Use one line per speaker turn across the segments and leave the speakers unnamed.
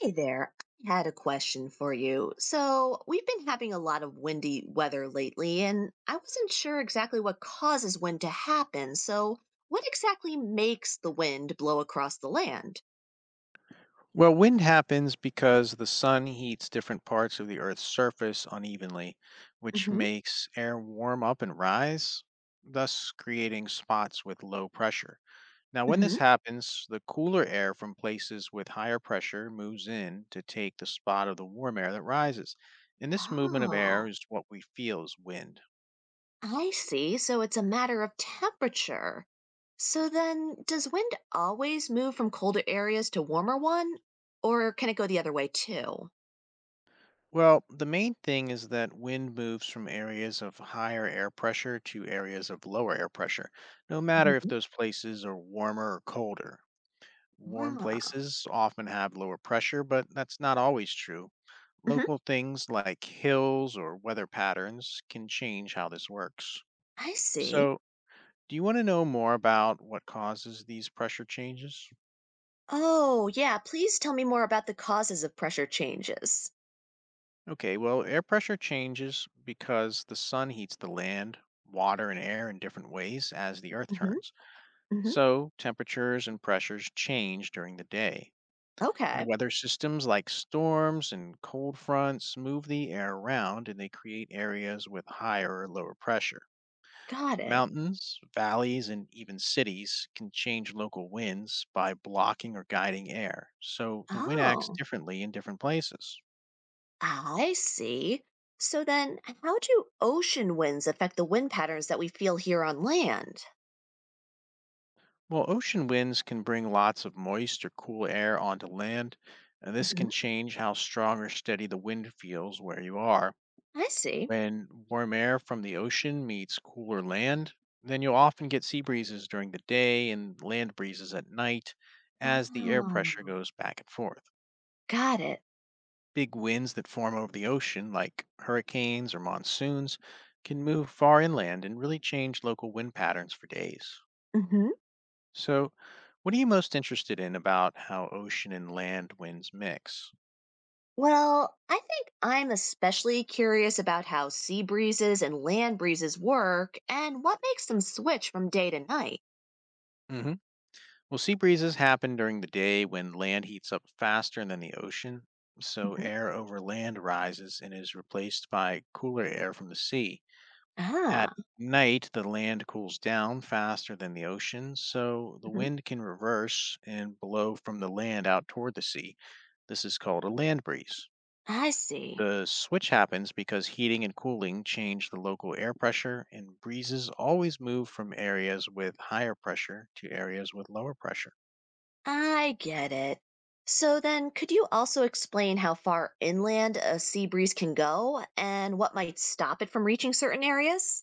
Hey there. I had a question for you. So, we've been having a lot of windy weather lately, and I wasn't sure exactly what causes wind to happen. So, what exactly makes the wind blow across the land?
Well, wind happens because the sun heats different parts of the Earth's surface unevenly, which
hmm
makes air warm up and rise, thus creating spots with low pressure. Now, when this
hmm
happens, the cooler air from places with higher pressure moves in to take the spot of the warm air that rises. And this movement of air
Oh,
is what we feel as wind.
I see. So, it's a matter of temperature. So, then does wind always move from colder areas to warmer one, or can it go the other way too?
Well, the main thing is that wind moves from areas of higher air pressure to areas of lower air pressure, no matter if
hmm
those places are warmer or colder. Warm
Ah,
places often have lower pressure, but that's not always true.
mhm.
Local things like hills or weather patterns can change how this works.
I see.
So, do you want to know more about what causes these pressure changes?
Oh, yeah. Please tell me more about the causes of pressure changes.
Okay, well, air pressure changes because the sun heats the land, water, and air in different ways as the earth
hmm
turns.
hmm
So, temperatures and pressures change during the day. And
Okay.
weather systems like storms and cold fronts move the air around and they create areas with higher or lower pressure.
Got it.
Mountains, valleys, and even cities can change local winds by blocking or guiding air. So, the wind acts
Oh,
differently in different places.
I see. So then, how do ocean winds affect the wind patterns that we feel here on land?
Well, ocean winds can bring lots of moist or cool air onto land, and this
hmm
can change how strong or steady the wind feels where you are.
I see.
When warm air from the ocean meets cooler land, then you'll often get sea breezes during the day and land breezes at night as the air pressure
Oh,
goes back and forth.
got it.
Big winds that form over the ocean, like hurricanes or monsoons, can move far inland and really change local wind patterns for days.
hmm
So, what are you most interested in about how ocean and land winds mix?
Well, I think I'm especially curious about how sea breezes and land breezes work and what makes them switch from day to night.
Hmm. Well, sea breezes happen during the day when land heats up faster than the ocean, so
hmm
air over land rises and is replaced by cooler air from the sea. At
Ah,
night, the land cools down faster than the ocean, so the
mhm.
wind can reverse and blow from the land out toward the sea. This is called a land breeze.
I see.
The switch happens because heating and cooling change the local air pressure, and breezes always move from areas with higher pressure to areas with lower pressure.
I get it. So then, could you also explain how far inland a sea breeze can go and what might stop it from reaching certain areas?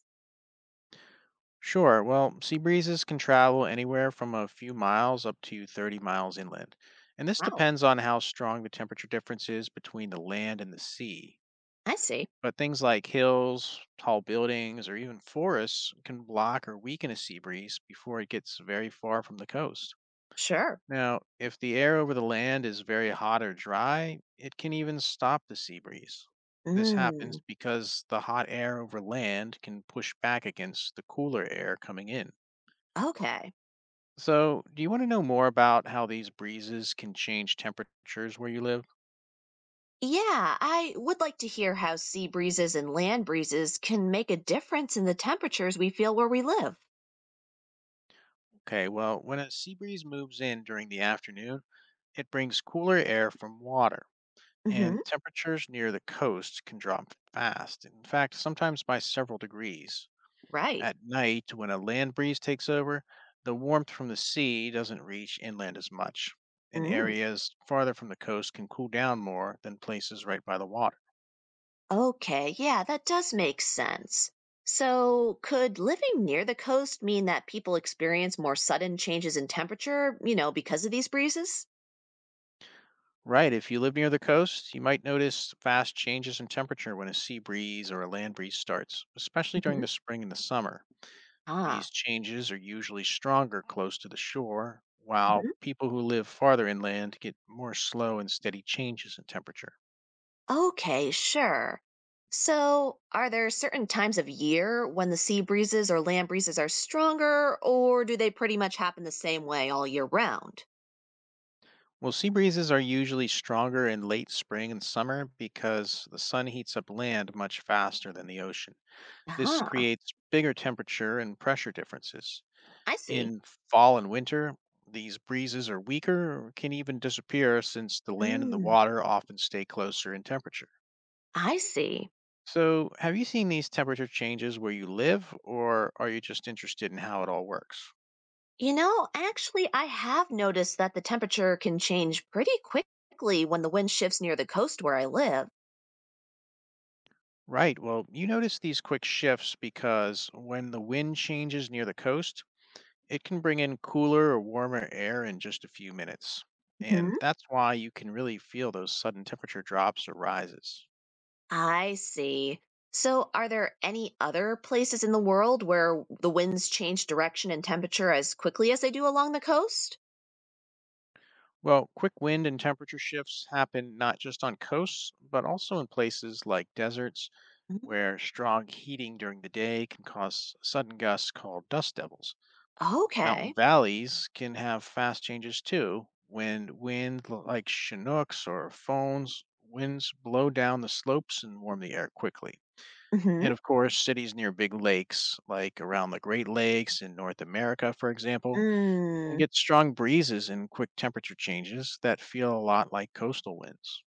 Sure, well, sea breezes can travel anywhere from a few miles up to 30 miles inland, and this
Oh,
depends on how strong the temperature difference is between the land and the sea.
I see.
But things like hills, tall buildings, or even forests can block or weaken a sea breeze before it gets very far from the coast.
Sure.
Now, if the air over the land is very hot or dry, it can even stop the sea breeze. This
Mm,
happens because the hot air over land can push back against the cooler air coming in.
okay.
So, do you want to know more about how these breezes can change temperatures where you live?
Yeah, I would like to hear how sea breezes and land breezes can make a difference in the temperatures we feel where we live.
Okay, well, when a sea breeze moves in during the afternoon, it brings cooler air from water,
hmm
and temperatures near the coast can drop fast. In fact, sometimes by several degrees.
Right.
At night, when a land breeze takes over, the warmth from the sea doesn't reach inland as much, and
Mm.
areas farther from the coast can cool down more than places right by the water.
Okay, yeah, that does make sense. So, could living near the coast mean that people experience more sudden changes in temperature, because of these breezes?
Right, if you live near the coast, you might notice fast changes in temperature when a sea breeze or a land breeze starts, especially during
hmm
the spring and the summer. These
Ah,
changes are usually stronger close to the shore, while
mhm.
people who live farther inland get more slow and steady changes in temperature.
Okay, sure. So, are there certain times of year when the sea breezes or land breezes are stronger, or do they pretty much happen the same way all year round?
Well, sea breezes are usually stronger in late spring and summer because the sun heats up land much faster than the ocean. This
Ah,
creates bigger temperature and pressure differences.
I see.
In fall and winter, these breezes are weaker or can even disappear since the land and the
Mm,
water often stay closer in temperature.
I see.
So, have you seen these temperature changes where you live, or are you just interested in how it all works?
Actually, I have noticed that the temperature can change pretty quickly when the wind shifts near the coast where I live.
Right, well, you notice these quick shifts because when the wind changes near the coast, it can bring in cooler or warmer air in just a few minutes.
hmm
And that's why you can really feel those sudden temperature drops or rises.
I see. So, are there any other places in the world where the winds change direction and temperature as quickly as they do along the coast?
Well, quick wind and temperature shifts happen not just on coasts, but also in places like deserts,
Mhm.
where strong heating during the day can cause sudden gusts called dust devils. Mountain
Okay.
valleys can have fast changes too, when like chinooks or phones winds blow down the slopes and warm the air quickly.
Mm-hmm.
And of course, cities near big lakes, like around the Great Lakes in North America, for example, can
Mm hmm.
get strong breezes and quick temperature changes that feel a lot like coastal winds.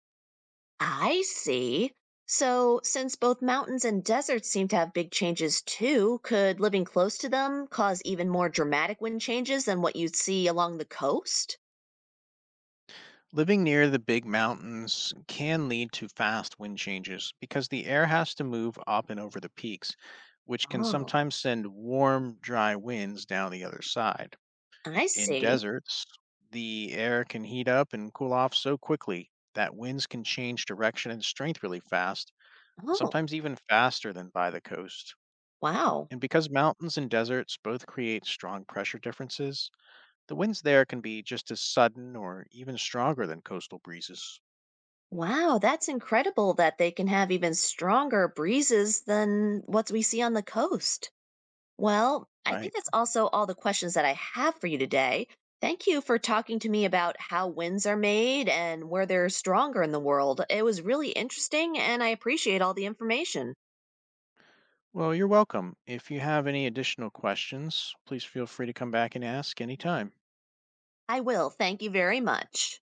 I see. So, since both mountains and deserts seem to have big changes too, could living close to them cause even more dramatic wind changes than what you'd see along the coast?
Living near the big mountains can lead to fast wind changes because the air has to move up and over the peaks, which can
Oh,
sometimes send warm, dry winds down the other side.
I
In
see.
deserts, the air can heat up and cool off so quickly that winds can change direction and strength really fast,
Oh,
sometimes even faster than by the coast.
wow.
And because mountains and deserts both create strong pressure differences, the winds there can be just as sudden or even stronger than coastal breezes.
Wow, that's incredible that they can have even stronger breezes than what we see on the coast. Well, I think
Right.
that's also all the questions that I have for you today. Thank you for talking to me about how winds are made and where they're stronger in the world. It was really interesting, and I appreciate all the information.
Well, you're welcome. If you have any additional questions, please feel free to come back and ask anytime.
I will. Thank you very much.